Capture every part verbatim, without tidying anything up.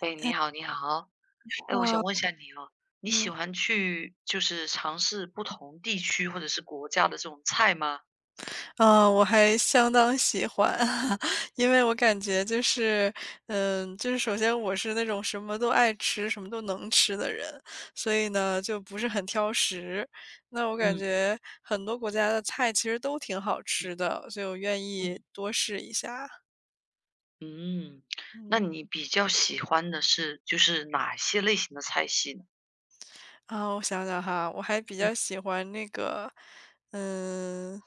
哎，你好，你好。哎，我想哇，问一下你哦，你喜嗯，欢去就是尝试不同地区或者是国家的这种菜吗？呃，我还相当喜欢，因为我感觉就是，嗯，就是首先我是那种什么都爱吃、什么都能吃的人，所以呢，就不是很挑食。那我感嗯觉很多国家的菜其实都挺好嗯吃的，所以我愿意嗯多试一下，嗯，那嗯。你比较喜欢的是就是哪些类型的菜系呢？啊，我想想哈，我还比较嗯喜欢那个，嗯，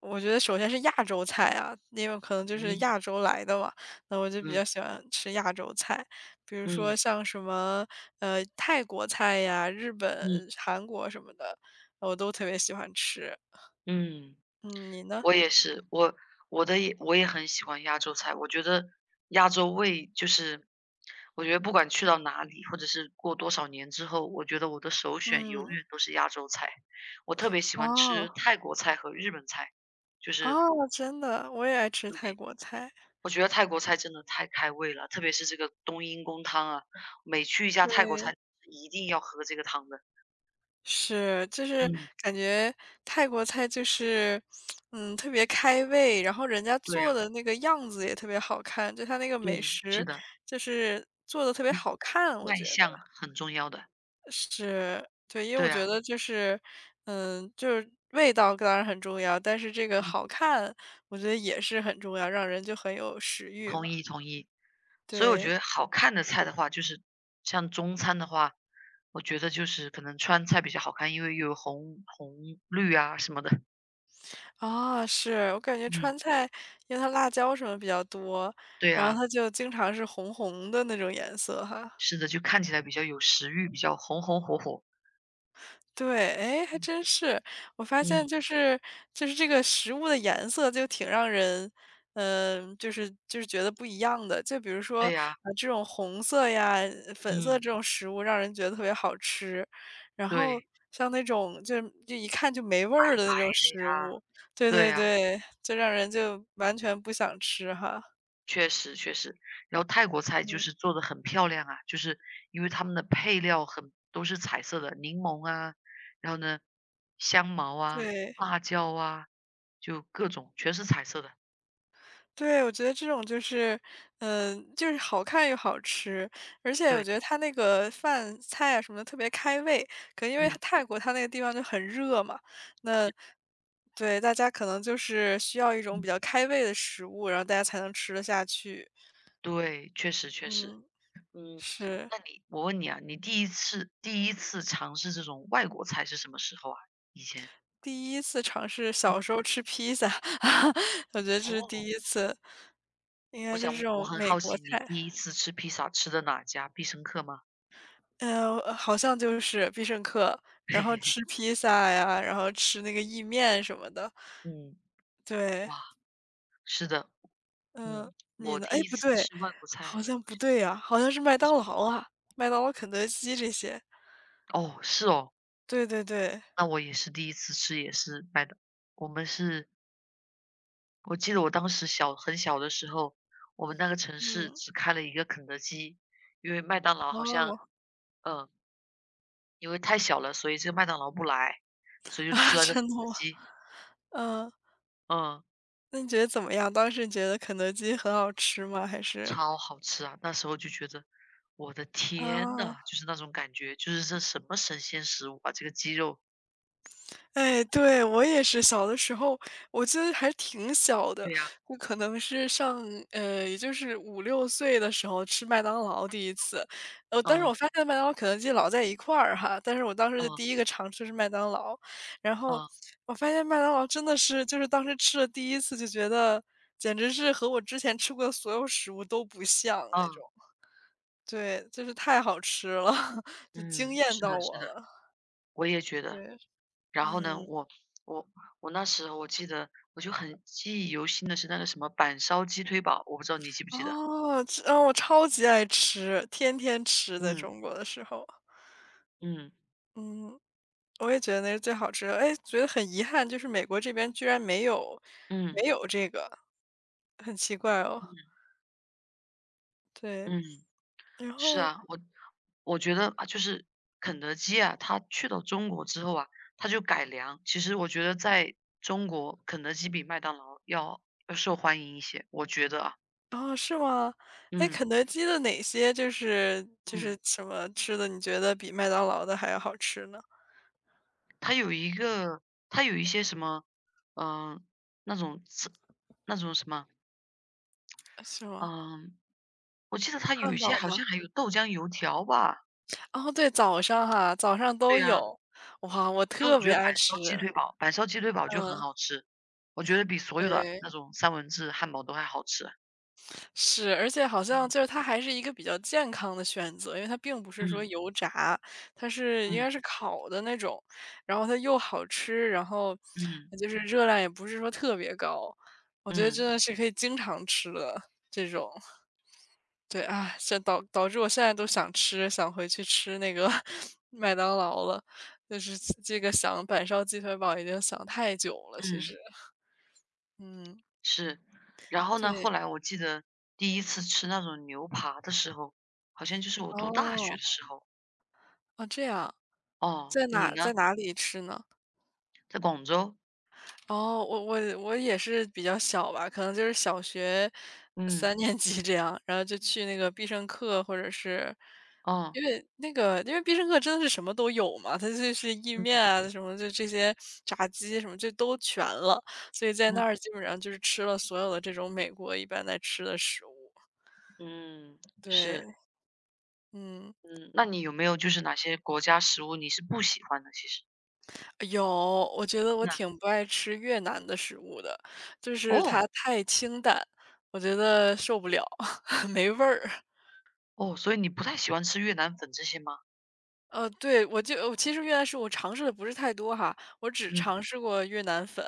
我觉得首先是亚洲菜啊，因为可能就嗯是亚洲来的嘛，那我就比嗯较喜欢吃亚洲菜，比如说嗯像什么呃泰国菜呀、日嗯本、韩国什么的，我都特别喜欢吃。嗯。嗯，你呢？我也是，我我的也我也很喜欢亚洲菜，我觉得亚洲味就是，我觉得不管去到哪里，或者是过多少年之后，我觉得我的首选永嗯，远都是亚洲菜。我特别喜欢哦吃泰国菜和日本菜，就是，哦，真的，我也爱吃对，泰国菜。我觉得泰国菜真的太开胃了，特别是这个冬阴功汤啊，每去一家泰国对，菜一定要喝这个汤的。是，就是嗯，感觉泰国菜就是，嗯，特别开胃，然后人家对啊，做的那个样子也特别好看，就他那个美对，食是的，就是做的特别嗯，好看，我觉卖得相很重要的，是，对，因为我对觉啊。得就是，嗯，就是味道当然很重要，但是这个嗯，好看，我觉得也是很重要，让人就很有食欲同嘛，意同意。所以我对。觉得好看的菜的话，就是像中餐的话，我觉得就是可能川菜比较好看，因为又有红红绿啊什么的。啊，是，我感觉嗯。川菜，因为它辣椒什么比较多，对然后啊，它就经常是红红的那种颜色哈。是的，就看起来比较有食欲，比较红红火火。对，诶，还嗯。真是。我发现嗯，就是就是这个食物的颜色就挺让人，嗯、就是就是觉得不一样的。就比如说啊、对呀，呃这种红色呀、粉色嗯，这种食物，让人觉得特别好吃。然后对，像那种就就一看就没味白儿的白那种食啊，物，对对对呀。对，就让人就完全不想吃哈。确实确实，然后泰国菜就嗯，是做的很漂亮啊，就是因为他们的配料很都是彩色的，柠檬啊，然后呢，香茅啊，对，辣椒啊，就各种全是彩色的。对，我觉得这种就是，嗯，就是好看又好吃，而且我对，觉得它那个饭菜啊什么的特别开胃，可能因为嗯，泰国它那个地方就很热嘛，那是，对，大家可能就是需要一种比嗯，较开胃的食物，然后大家才能吃得下去。对，确实确实，嗯，嗯，是那你我问你啊，你第一次第一次尝试这种外国菜是什么时候啊？以前？第一次尝试嗯，小时候吃披萨，我觉得这是第哦，一次，应我该就是这想我种很美好国奇你菜。第一次吃披萨吃的哪家？必胜客吗？呃，好像就是必胜客，然嘿后嘿嘿，吃披萨呀，然后吃那个意面什么的。嗯，对，哇，是的，嗯，嗯。你我呢？哎，第一不次对，吃外国好菜像不对呀，好像是麦是当什么？劳啊，麦当劳、肯德基这些。哦，是哦，对对对，那我也是第一次吃，也是麦当我们是我记得我当时小很小的时候，我们那个城市嗯，只开了一个肯德基，因为麦当劳好像，哦，嗯，因为太小了，所以这个麦当劳不来，所以 就吃啊，了个肯真的德吗？基，嗯，嗯，那你觉得怎么样？当时觉得肯德基很好吃吗？还是超好吃啊！那时候就觉得，我的天啊？呐，就是那种感觉，就是这什么神仙食物啊，这个鸡肉，哎，对，我也是小的时候，我记得还挺小的，对呀，我可能是上呃，也就是五六岁的时候吃麦当劳第一次。呃，但是我嗯发现麦当劳、肯德基老在一块儿哈，但是我当时的第嗯一个尝试是麦当劳。然后嗯我发现麦当劳真的是就是当时吃了第一次就觉得，简直是和我之前吃过的所有食物都不像那种。嗯。对，就是太好吃了，就嗯，惊艳是到的，是我的，了，我也觉得。对，然后呢，嗯。我我我那时候我记得，我就很记忆犹新的是那个什么板烧鸡腿堡，我不知道你记不记得？哦，这，哦，我超级爱吃，天天吃，在嗯中国的时候。嗯嗯，我也觉得那是最好吃的。哎，觉得很遗憾，就是美国这边居然没有没嗯有这个，很奇怪哦。嗯对，嗯，然是后啊，我我觉得啊，就是肯德基啊，它去到中国之后啊，它就改良。其实我觉得在中国，肯德基比麦当劳要要受欢迎一些，我觉得啊，哦，是吗？哎，嗯肯德基的哪些就是就嗯。是什么吃的，你觉得比麦当劳的还要好吃呢？它有一个它有一些什么，嗯、那种刺那种什么，是吗？嗯、我记得它有一汉些堡好吗？像还有豆浆油条吧，哦，对，早上哈，早上对都呀、有。哇，我然后我特觉别得爱板烧吃。鸡腿堡，板烧鸡腿堡就很嗯，好吃，我觉得比所有的对。那种三文治、汉堡都还好吃。是，而且好像嗯就是它还是一个比较健康的选择，因为它并不是说嗯油炸，它是应该是嗯烤的那种，然后它又好吃，然后嗯就是热量也不是说特别高，我觉得真嗯的是可以经常吃的这种。对啊，这导导致我现在都想吃，想回去吃那个 麦当劳了，就是这个想板烧鸡腿堡已经想太久了，其实，嗯，嗯，是。然后呢，后对，来我记得第一次吃那种牛扒的时候，好像就是我读大学哦，的时候。哦，这样，哦，在你哪在呢？哪里吃呢？在广州？哦，我我我也是比较小吧，可能就是小学嗯。三年级这样，然后就去那个必胜客或者是哦，因为那个因为必胜客真的是什么都有嘛，它就是意面嗯啊什么就这些炸鸡什么就都全了，所以在那嗯。儿基本上就是吃了所有的这种美国一般在吃的食物。嗯，是，对，嗯，嗯，那你有没有就是哪些国家食物你是不喜欢的？其实，有，我觉得我那挺不爱吃越南的食物的，就是哦。它太清淡，我觉得受不了，没味儿。哦，所以你不太喜欢吃越南粉这些吗？呃，对，我就我其实越南是我尝试的不是太多哈，我只嗯尝试过越南粉，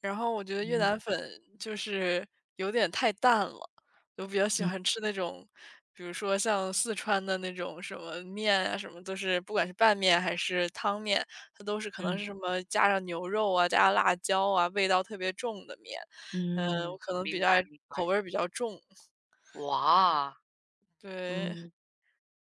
然后我觉得越嗯南粉就是有点太淡了，我比较喜嗯欢吃那种，比如说像四川的那种什么面啊，什么都是不管是拌面还是汤面，它都是可能是嗯什么加上牛肉啊、加上辣椒啊，味道特别重的面。嗯，我嗯，可能比明较白爱明口白。味儿比较重。哇，对，嗯，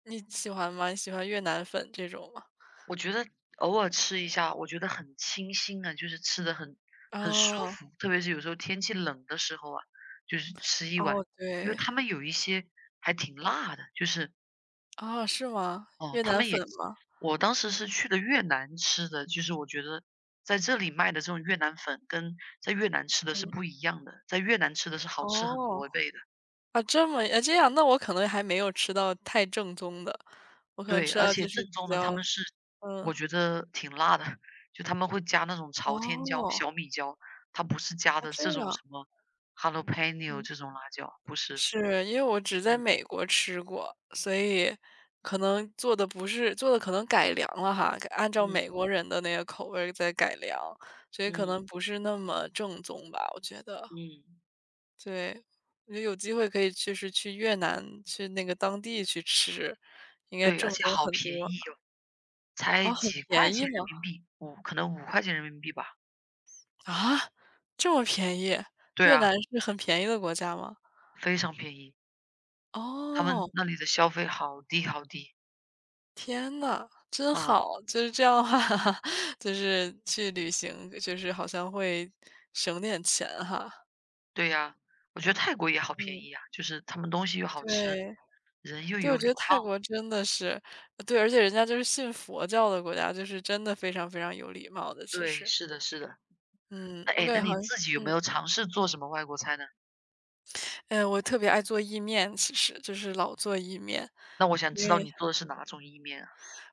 你喜欢吗？你喜欢越南粉这种吗？我觉得偶尔吃一下，我觉得很清新啊，就是吃的很很舒哦。服，特别是有时候天气冷的时候啊，就是吃一碗，哦，因为对，他们有一些还挺辣的，就是，啊，是吗？哦，越他南们粉也吗？我当时是去的越南吃的，就是我觉得在这里卖的这种越南粉跟在越南吃的是嗯，不一样的，在越南吃的是好吃很哦，多倍的。啊，这么啊，这样，那我可能还没有吃到太正宗的，我可能对，吃而到就且是正比宗的较，他们是嗯，我觉得挺辣的，就他们会加那种朝天椒、哦，小米椒，它不是加啊，的这这种样，什么 jalapeno 嗯，这种辣椒，不是。是，因为我只在美嗯国吃过，所以可能做的不是做的可能改良了哈，按照美嗯国人的那个口味儿在改良，所以可嗯能不是那么正宗吧，我觉得。嗯，对，我觉得有机会可以去，是去越南，去那个当地去吃，应该对，而正且宗好很便多。宜哦，才啊，很几块便钱宜人吗？民币五可能五块钱人民币吧。啊，这么便宜？对越啊。南是很便宜的国家吗？非常便宜，他哦，们那里的消费好低好低。天呐，真哦，好！就是这样的话，就是去旅行，就是好像会省点钱哈。对呀，我觉得泰国也好便嗯，宜啊，就是他们东西又好吃，对，人又对，我有觉得礼泰貌。国真的是对，而且人家就是信佛教的国家，就是真的非常非常有礼貌的，其对，实。是的，是的。嗯，那我哎，感那觉好你像自己有没嗯，有尝试做什么外国菜呢？哎，我特别爱做意面，其实就是老做意面，那我想知因道为你做的是哪种意面啊？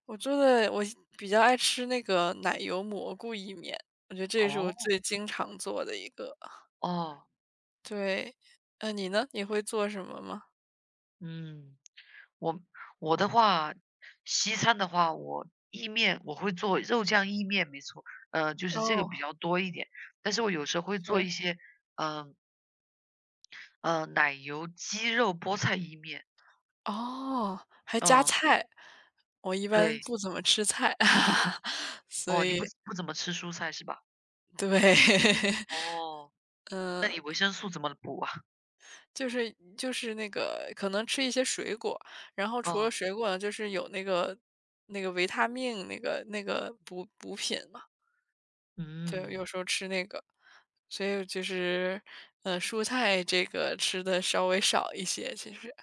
我做的我比较爱吃那个奶油蘑菇意面，我觉得这也是我哦最经常做的一个。哦，对，呃，你呢？你会做什么吗？嗯，我我的话，西餐的话，我意面我会做肉酱意面，没错，呃，就是这个哦，比较多一点。但是我有时候会做是，一些，嗯、呃，奶油鸡肉菠菜意面，哦，还加嗯，菜，我一般对，不怎么吃菜，所哦，你以不不怎么吃蔬菜是吧？对，哦，那嗯。你维生素怎么补啊？就是就是那个可能吃一些水果，然后除了哦，水果呢，就是有那个那个维他命那个那个补补品嘛，对，嗯有时候吃那个，所以就是，呃，蔬菜这个吃的稍微少一些，其实，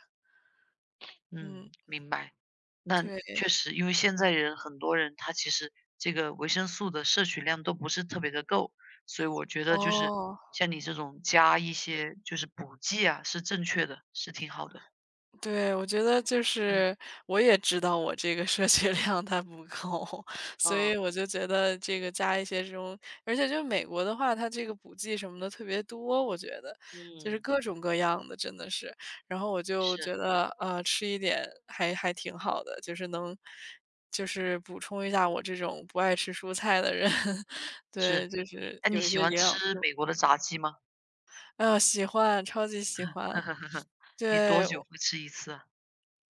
嗯，嗯，明白。那对，确实，因为现在人很多人他其实这个维生素的摄取量都不是特别的够，所以我觉得就是哦。像你这种加一些就是补剂啊，是正确的，是挺好的。对，我觉得就嗯是我也知道我这个摄取量它不够，所嗯以我就觉得这个加一些这种，而且就美国的话，它这个补剂什么的特别多，我觉得就是嗯，各种各样的，真的是。然后我就是觉得，呃，吃一点还还挺好的，就是能，就是补充一下我这种不爱吃蔬菜的人，是。对，就是那你有一喜些欢营养吃素，美国的炸鸡吗？哎呦，喜欢，超级喜欢。你多对，久会吃一次啊？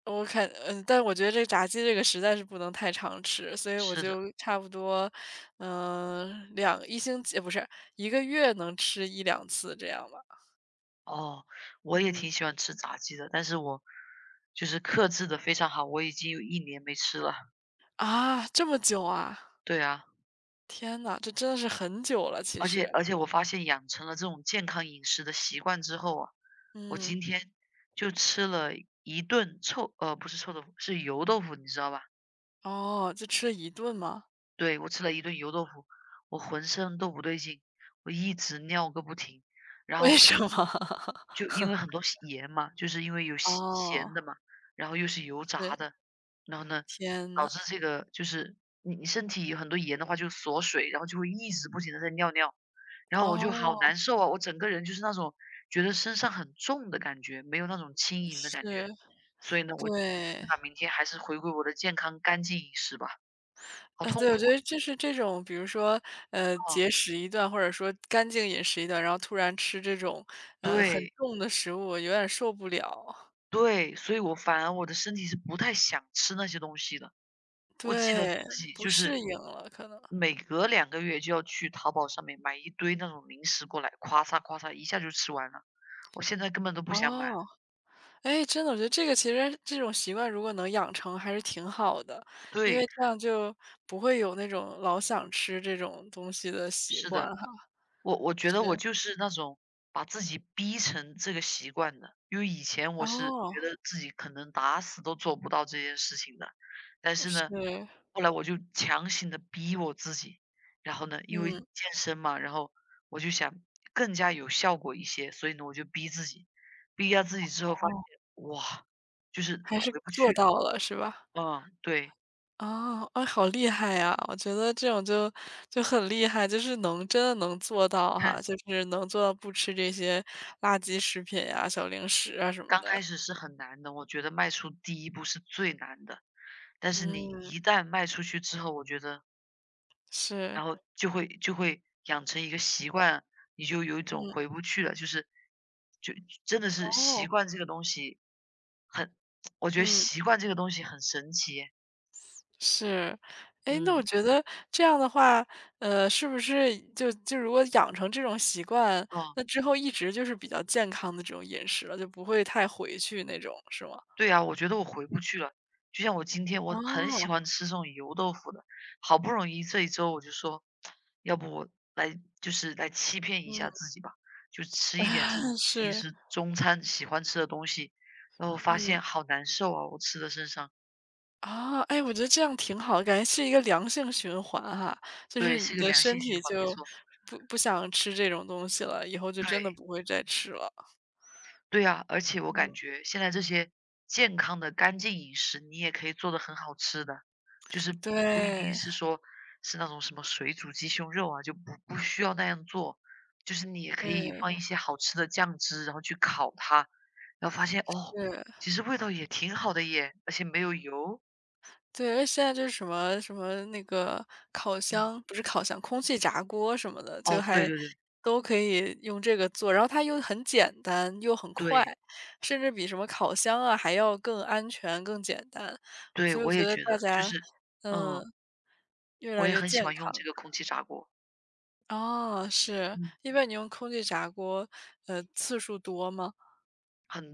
我看嗯，但我觉得这炸鸡这个实在是不能太常吃，所以我是的，就差不多，嗯，两一星期呃不是一个月能吃一两次这样吧。哦，我也嗯，挺喜欢吃炸鸡的，但是我就是克制的非常好，我已经有一年没吃了。啊，这么久啊？对啊，天呐，这真的是很久了其而实。且而且我发现养成了这种健康饮食的习惯之后啊，我嗯，今天就吃了一顿臭呃，不是臭豆腐，是油豆腐，你知道吧？哦，就吃了一顿吗？对，我吃了一顿油豆腐，我浑身都不对劲，我一直尿个不停，然为后什么？就因为很多盐嘛，就是因为有咸哦，咸的嘛，然后又是油是，炸的，然后呢，天导呐，致这个就是你你身体有很多盐的话就锁水，然后就会一直不停的在尿尿，然后我就好难哦，受啊，我整个人就是那种觉得身上很重的感觉，没有那种轻盈的感觉，是，所以呢，我对。那明天还是回归我的健康干净饮食吧，好啊，痛对，苦我觉得就是这种，比如说，呃，啊，节食一段，或者说干净饮食一段，然后突然吃这种，呃，很对重的食物，我有点受不了，对，所以我反而我的身体是不太想吃那些东西的。我记得自对，己不就是适应了，可能。每隔两个月就要去淘宝上面买一堆那种零食过来，咵嚓咵嚓一下就吃完了，我现在根本都不想买。哦，哎，真的，我觉得这个其实这种习惯如果能养成还是挺好的，因对，为这样就不会有那种老想吃这种东西的习是惯的。哈。我我觉是，得我就是那种把自己逼成这个习惯的，因为以前我是哦，觉得自己可能打死都做不到这件事情的，但是是，呢，后来我就强行的逼我自己，然后呢，因为嗯，健身嘛，然后我就想更加有效果一些，所以呢，我就逼自己，逼下自己之后发哦，现，哇，就是还是回不去做了。到了，是吧？嗯，对，哦，啊，好厉害呀！我觉得这种就就很厉害，就是能真的能做到哈，就 是能做到不吃这些垃圾食品呀、小零食啊什么刚的。开始是很难的，我觉得迈出第一步是最难的。但是你嗯，一旦卖出去之后，我觉得，是，然后就会就会养成一个习惯，你就有一种嗯，回不去了，就是就真的是习哦，惯这个东西很 我觉得嗯，习惯这个东西很神奇，是。哎，那我嗯，觉得这样的话，呃，是不是就就如果养成这种习惯，哦。那之后一直就是比较健康的这种饮食了，就不会太回去那种，是吗？对啊，我觉得我回不去了。就像我今天我哦，很喜欢吃这种油豆腐的，好不容易这一周我就说，要不我来就是来欺骗一嗯，下自己吧，就吃一点这种 平是，时中餐喜欢吃的东西，然后发嗯。现好难受啊，我吃的身上。啊，哎，我觉得这样挺好的感觉是一个良性循环哈，就对，是是你一个的良身性循体环，没就错，不不想吃这种东西了，以后就对。真的不会再吃了。对啊，而且我感觉现在这些健康的干净饮食，你也可以做的很好吃的，就是不一定对，是说是那种什么水煮鸡胸肉啊，就不不需要那样做，就是你也可以对，放一些好吃的酱汁，然后去烤它，然后发现哦，是，其实味道也挺好的耶，而且没有油。对，而且现在就是什么什么那个烤嗯，箱，不是烤箱，空气炸锅什么的，就哦，对还对对都可以用这个做，然后它又很简单又很快，对甚至比什么烤箱啊还要更安全、更简单，对，所以我我觉也得觉大得，就家，是，嗯，嗯，越我来也越很健喜欢用康。这个空气炸锅，哦，是，嗯，因为你用空气炸锅，呃，次数多吗？很